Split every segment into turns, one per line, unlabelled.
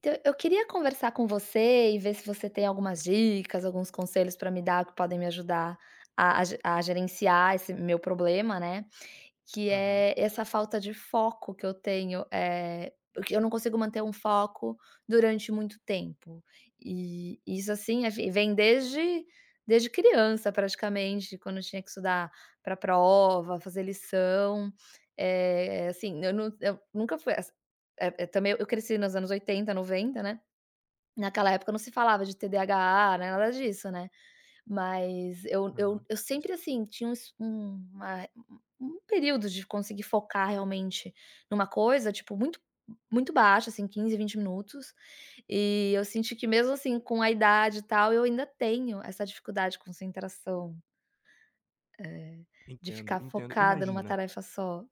Então, eu queria conversar com você e ver se você tem algumas dicas, alguns conselhos para me dar que podem me ajudar a gerenciar esse meu problema, né. Que
Aham,
é essa falta de foco que eu tenho, porque eu não consigo manter um foco durante muito tempo. E isso, assim, vem desde criança praticamente, quando eu tinha que estudar para prova, fazer lição, assim, eu nunca fui essa também eu cresci nos anos 80, 90, né, naquela época não se falava de TDAH, nada disso, né. Mas eu eu
aham.
eu sempre, assim, tinha uma um período de conseguir focar realmente numa coisa, tipo, muito baixa, assim, 15, 20 minutos. E eu senti que mesmo, assim, com a idade e tal, eu ainda tenho essa dificuldade de concentração, eh, de
Entendo,
ficar
entendo.
focada numa
Imagina.
tarefa só.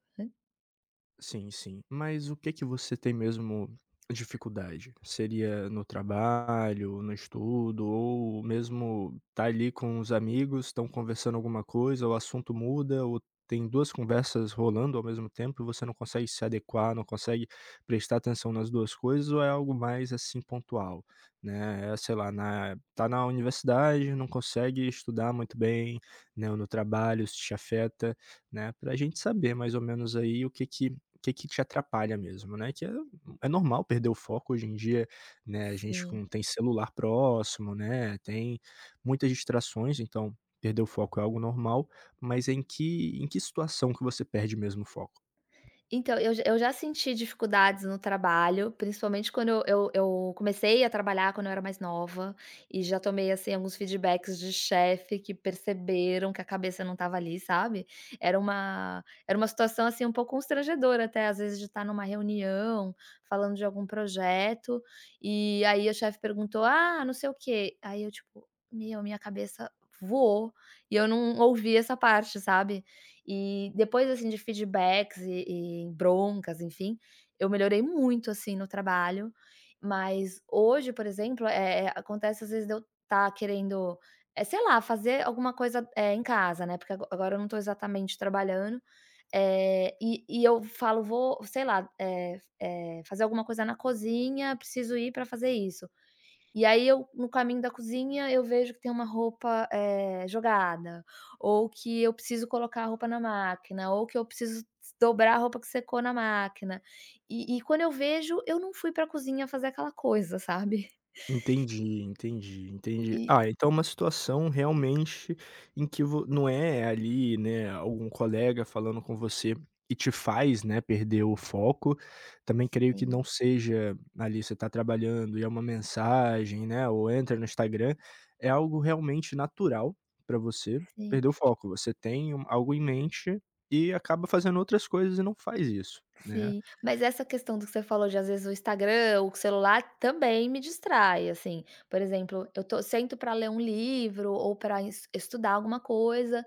Sim, sim. Mas o que que você tem mesmo dificuldade? Seria no trabalho, no estudo, ou mesmo tá ali com os amigos, estão conversando alguma coisa, o assunto muda, ou tem duas conversas rolando ao mesmo tempo e você não consegue se adequar, não consegue prestar atenção nas duas coisas, ou é algo mais assim pontual, né? É, sei lá, na, tá na universidade, não consegue estudar muito bem, né? Ou no trabalho, isso te afeta, né? Para a gente saber mais ou menos aí o que que é que te atrapalha mesmo, né, que é é normal perder o foco hoje em dia, né, a gente
Sim.
com tem celular próximo, né, tem muitas distrações, então perder o foco é algo normal, mas em que situação que você perde mesmo o foco?
Então, eu já senti dificuldades no trabalho, principalmente quando eu comecei a trabalhar quando eu era mais nova, e já tomei, assim, alguns feedbacks de chefe que perceberam que a cabeça não estava ali, sabe. Era uma situação, assim, um pouco constrangedora até, às vezes, de estar numa reunião, falando de algum projeto, e aí a chefe perguntou: "Ah, não sei o quê". Aí eu tipo: "Meu, minha cabeça voou", e eu não ouvi essa parte, sabe. E depois, assim, de feedbacks e broncas, enfim, eu melhorei muito, assim, no trabalho, mas hoje, por exemplo, acontece às vezes de eu estar querendo, é sei lá, fazer alguma coisa, é em casa, né, porque agora eu não estou exatamente trabalhando, e eu falo: "Vou, sei lá, fazer alguma coisa na cozinha, preciso ir para fazer isso". E aí eu, no caminho da cozinha, eu vejo que tem uma roupa, jogada, ou que eu preciso colocar a roupa na máquina, ou que eu preciso dobrar a roupa que secou na máquina. E quando eu vejo, eu não fui para a cozinha fazer aquela coisa, sabe.
Entendi, entendi, entendi.
E
Ah, então é uma situação realmente em que vo não é ali, né, algum colega falando com você e te faz, né, perder o foco. Também creio que
sim,
não seja ali você está trabalhando e é uma mensagem, né, ou entra no Instagram, é algo realmente natural para você
sim.
perder o foco. Você tem um algo em mente e acaba fazendo outras coisas e não faz isso, né.
Sim, mas essa questão do que você falou de às vezes o Instagram, o celular também me distrai, assim. Por exemplo, eu tô sento para ler um livro ou para estudar alguma coisa,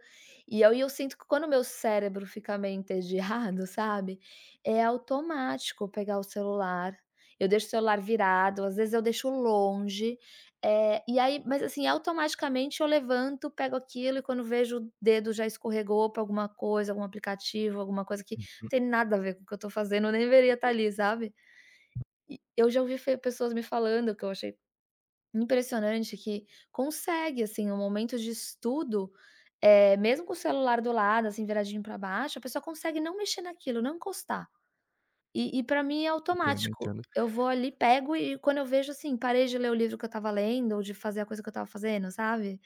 e aí eu sinto que quando o meu cérebro fica meio entediado, sabe, é automático pegar o celular. Eu deixo o celular virado, às vezes eu deixo longe, e aí mas assim, automaticamente eu levanto, pego aquilo e quando vejo o dedo já escorregou para alguma coisa, algum aplicativo, alguma coisa que
Hum,
tem nada a ver com o que eu tô fazendo, eu nem deveria estar ali, sabe. E eu já ouvi fe pessoas me falando, que eu achei impressionante, que consegue, assim, um momento de estudo, mesmo com o celular do lado, assim, viradinho pra baixo, a pessoa consegue não mexer naquilo, não encostar. E pra mim é
Entendo,
automático,
entendo.
eu vou ali, pego e quando eu vejo, assim, parei de ler o livro que eu estava lendo ou de fazer a coisa que eu estava fazendo, sabe.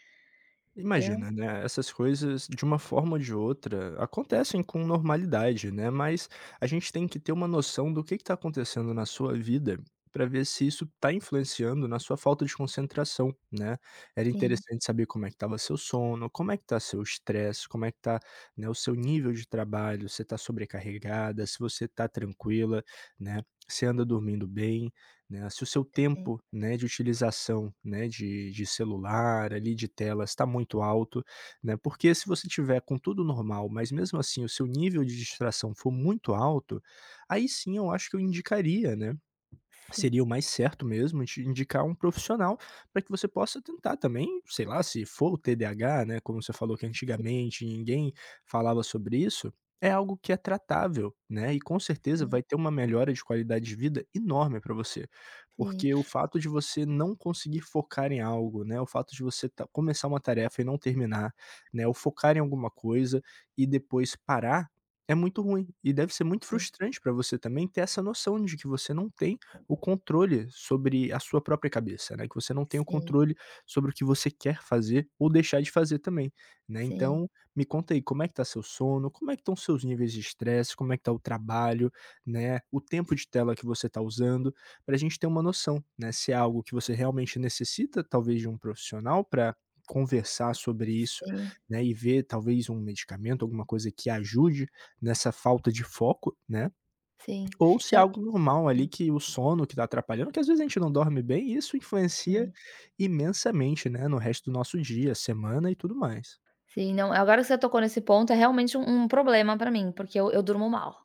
Eu
Imagina, né, essas coisas, de uma forma ou de outra, acontecem com normalidade, né, mas a gente tem que ter uma noção do que está acontecendo na sua vida para ver se isso está influenciando na sua falta de concentração, né. Era
sim,
interessante saber como é que estava seu sono, como é que está seu estresse, como é que está, né, o seu nível de trabalho, se está sobrecarregada, se você está tranquila, né, se anda dormindo bem, né, se o seu
sim,
tempo, né, de utilização, né, de celular ali, de telas está muito alto, né, porque se você tiver com tudo normal, mas mesmo assim o seu nível de distração for muito alto, aí sim eu acho que eu indicaria, né.
sim,
Seria o mais certo mesmo de indicar um profissional para que você possa tentar também, sei lá, se for o TDAH, né, como você falou que antigamente ninguém falava sobre isso, é algo que é tratável, né, e com certeza vai ter uma melhora de qualidade de vida enorme para você.
sim,
Porque o fato de você não conseguir focar em algo, né, o fato de você ta começar uma tarefa e não terminar, né, ou focar em alguma coisa e depois parar, é muito ruim. E deve ser muito
sim,
frustrante para você também ter essa noção de que você não tem o controle sobre a sua própria cabeça, né, que você não tem o
sim,
controle sobre o que você quer fazer ou deixar de fazer também, né.
sim,
Então, me conta aí, como é que tá seu sono, como é que estão seus níveis de estresse, como é que tá o trabalho, né, o tempo de tela que você tá usando, para a gente ter uma noção, né, se é algo que você realmente necessita, talvez de um profissional para conversar sobre
sim,
isso,
sim,
né, e ver talvez um medicamento, alguma coisa que ajude nessa falta de foco, né,
sim.
ou se é algo normal
Não.
ali que o sono que tá atrapalhando, que às vezes a gente não dorme bem, e isso influencia
Sim,
imensamente, né, no resto do nosso dia, semana e tudo mais.
sim, não, agora que você tocou nesse ponto, é realmente um um problema para mim, porque eu durmo mal.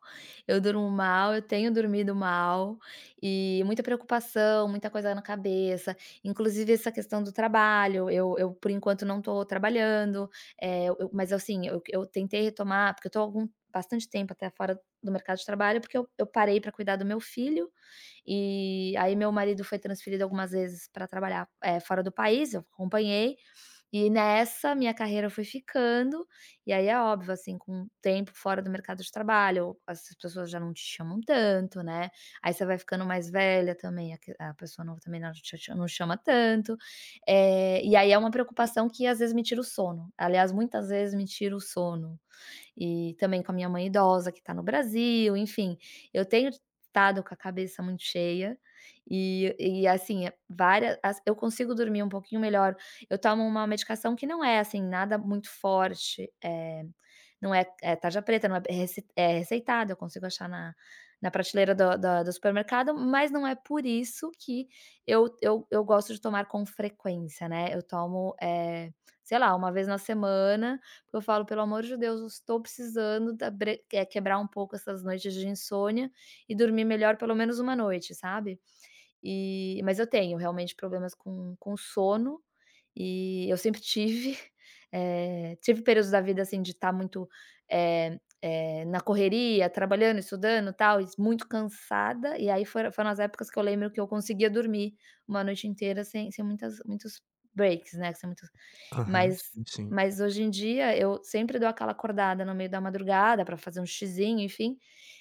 Eu durmo mal, eu tenho dormido mal, e muita preocupação, muita coisa na cabeça, inclusive essa questão do trabalho, eu por enquanto não estou trabalhando, é eu mas assim, eu tentei retomar, porque eu tô algum bastante tempo até fora do mercado de trabalho, porque eu parei para cuidar do meu filho. E aí meu marido foi transferido algumas vezes para trabalhar, fora do país, eu acompanhei, e nessa minha carreira foi ficando, e aí é óbvio, assim, com o tempo fora do mercado de trabalho, as pessoas já não te chamam tanto, né, aí você vai ficando mais velha também, a que a pessoa não também não chama tanto, e aí é uma preocupação que às vezes me tira o sono, aliás muitas vezes me tira o sono e também com a minha mãe idosa que está no Brasil, enfim, eu tenho estado com a cabeça muito cheia e assim, é várias as eu consigo dormir um pouquinho melhor. Eu tomo uma medicação que não é, assim, nada muito forte, não é é tarja preta, não é rece é receitada, eu consigo achar na na prateleira do supermercado, mas não é por isso que eu gosto de tomar com frequência, né, eu tomo, é sei lá, uma vez na semana eu falo: "Pelo amor de Deus, eu estou precisando da quebrar um pouco essas noites de insônia e dormir melhor pelo menos uma noite", sabe. E mas eu tenho realmente problemas com sono, e eu sempre tive, tive períodos da vida, assim, de estar muito, na correria, trabalhando, estudando, tal, e muito cansada, e aí foram as épocas que eu lembro que eu conseguia dormir uma noite inteira sem muitas muitos breaks, né, sem muitos
Aham,
mas
sim, sim.
mas hoje em dia eu sempre dou aquela acordada no meio da madrugada para fazer um xizinho, enfim.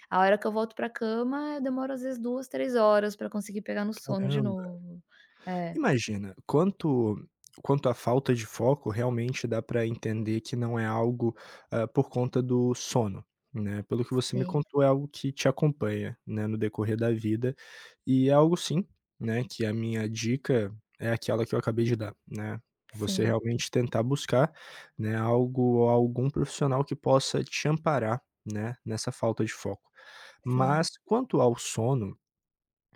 A hora que eu volto pra cama, eu demoro às vezes 2 ou 3 horas para conseguir pegar no sono de
Caramba.
novo. É.
Imagina, quanto à falta de foco, realmente dá para entender que não é algo, hã, por conta do sono, né. Pelo que você me
Sim,
contou, é algo que te acompanha, né, no decorrer da vida, e é algo sim, né, que a minha dica é aquela que eu acabei de dar, né. Você
sim,
realmente tentar buscar, né, algo ou algum profissional que possa te amparar, né, nessa falta de foco.
sim,
Mas quanto ao sono,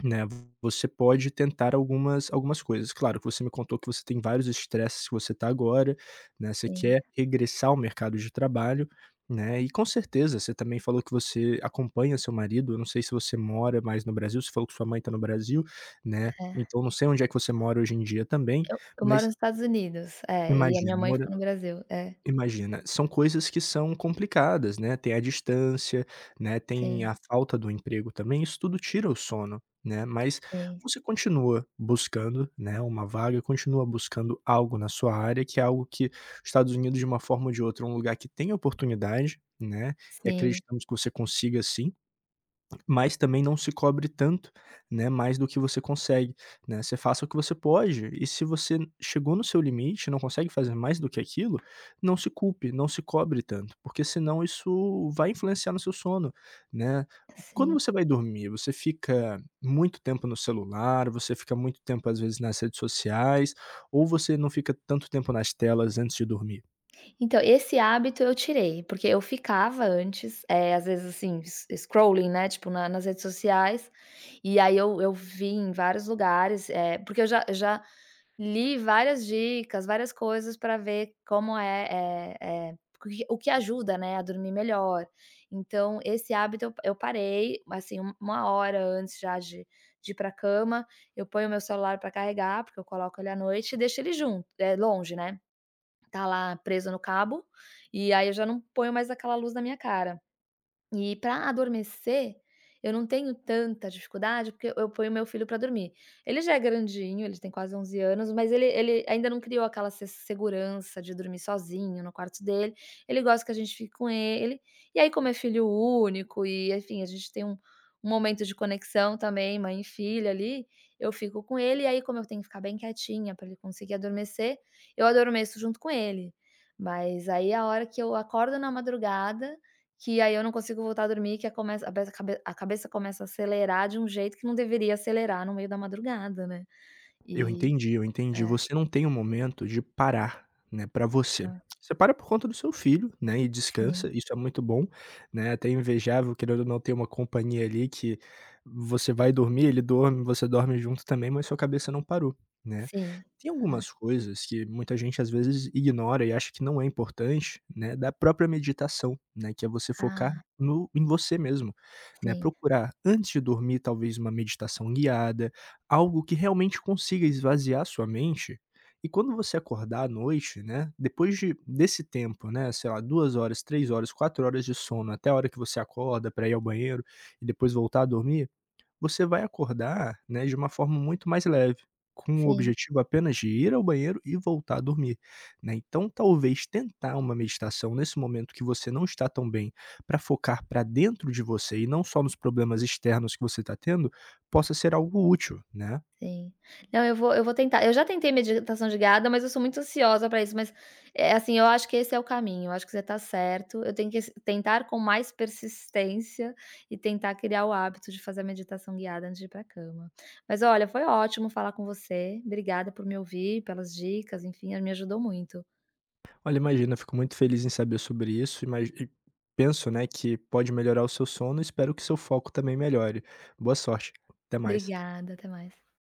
né, você pode tentar algumas coisas. Claro que você me contou que você tem vários estresses que você está agora, né, você
sim,
quer regressar ao mercado de trabalho, né, e com certeza você também falou que você acompanha seu marido, eu não sei se você mora mais no Brasil, você falou que sua mãe está no Brasil, né,
é.
então não sei onde é que você mora hoje em dia também,
Eu moro
mas
nos Estados Unidos, é, e a minha
imagina.
mãe ficou no Brasil. É.
Imagina, são coisas que são complicadas, né, tem a distância, né, tem
Sim,
a falta do emprego também, isso tudo tira o sono, né, mas
sim,
você continua buscando, né, uma vaga, continua buscando algo na sua área, que é algo que os Estados Unidos, de uma forma ou de outra, é um lugar que tem oportunidade, né, e
sim,
acreditamos que você consiga sim. Mas também não se cobre tanto, né, mais do que você consegue, né, você faça o que você pode e se você chegou no seu limite, não consegue fazer mais do que aquilo, não se culpe, não se cobre tanto, porque senão isso vai influenciar no seu sono, né. Quando
sim.
você vai dormir, você fica muito tempo no celular, você fica muito tempo, às vezes, nas redes sociais, ou você não fica tanto tempo nas telas antes de dormir?
Então, esse hábito eu tirei, porque eu ficava antes, às vezes, assim, s scrolling, né, tipo, na nas redes sociais, e aí eu vi em vários lugares, porque eu já li várias dicas, várias coisas para ver como é é é o que ajuda, né, a dormir melhor. Então, esse hábito eu parei, assim, um uma hora antes já de ir pra cama, eu ponho o meu celular para carregar, porque eu coloco ele à noite e deixo ele junto é longe, né. Tá lá presa no cabo, e aí eu já não ponho mais aquela luz na minha cara. E para adormecer, eu não tenho tanta dificuldade, porque eu ponho meu filho para dormir. Ele já é grandinho, ele tem quase 11 anos, mas ele ainda não criou aquela se segurança de dormir sozinho no quarto dele. Ele gosta que a gente fique com ele. E aí, como é filho único e, enfim, a gente tem um momento de conexão também, mãe e filha ali, eu fico com ele. E aí, como eu tenho que ficar bem quietinha para ele conseguir adormecer, eu adormeço junto com ele. Mas aí, a hora que eu acordo na madrugada, que aí eu não consigo voltar a dormir, que a começa a cabeça começa a acelerar de um jeito que não deveria acelerar no meio da madrugada, né.
Eu
E
entendi, eu entendi.
é,
Você não tem um momento de parar, né, para você.
hã,
Você para por conta do seu filho, né, e descansa,
sim,
isso é muito bom, né, até invejável, querendo ou não, ter uma companhia ali que você vai dormir, ele dorme, você dorme junto também, mas sua cabeça não parou, né.
sim.
Tem algumas coisas que muita gente às vezes ignora e acha que não é importante, né, da própria meditação, né, que é você focar
Ah,
no em você mesmo, né,
sim,
procurar antes de dormir talvez uma meditação guiada. Algo que realmente consiga esvaziar sua mente, e quando você acordar à noite, né, depois de desse tempo, né, sei lá, 2 horas, 3 horas, 4 horas de sono, até a hora que você acorda para ir ao banheiro e depois voltar a dormir, você vai acordar, né, de uma forma muito mais leve, com o
sim.
objetivo apenas de ir ao banheiro e voltar a dormir, né. Então talvez tentar uma meditação nesse momento que você não está tão bem, para focar para dentro de você e não só nos problemas externos que você está tendo, possa ser algo útil, né.
Sim. Não, eu vou tentar. Eu já tentei meditação de guiada, mas eu sou muito ansiosa para isso, mas, é assim, eu acho que esse é o caminho, eu acho que você está certo. Eu tenho que s tentar com mais persistência e tentar criar o hábito de fazer a meditação guiada antes de ir para cama. Mas olha, foi ótimo falar com você. Obrigada por me ouvir, pelas dicas, enfim, me ajudou muito.
Olha, imagina, eu fico muito feliz em saber sobre isso, imagi e penso, né, que pode melhorar o seu sono, e espero que seu foco também melhore. Boa sorte, até mais.
Obrigada, até mais.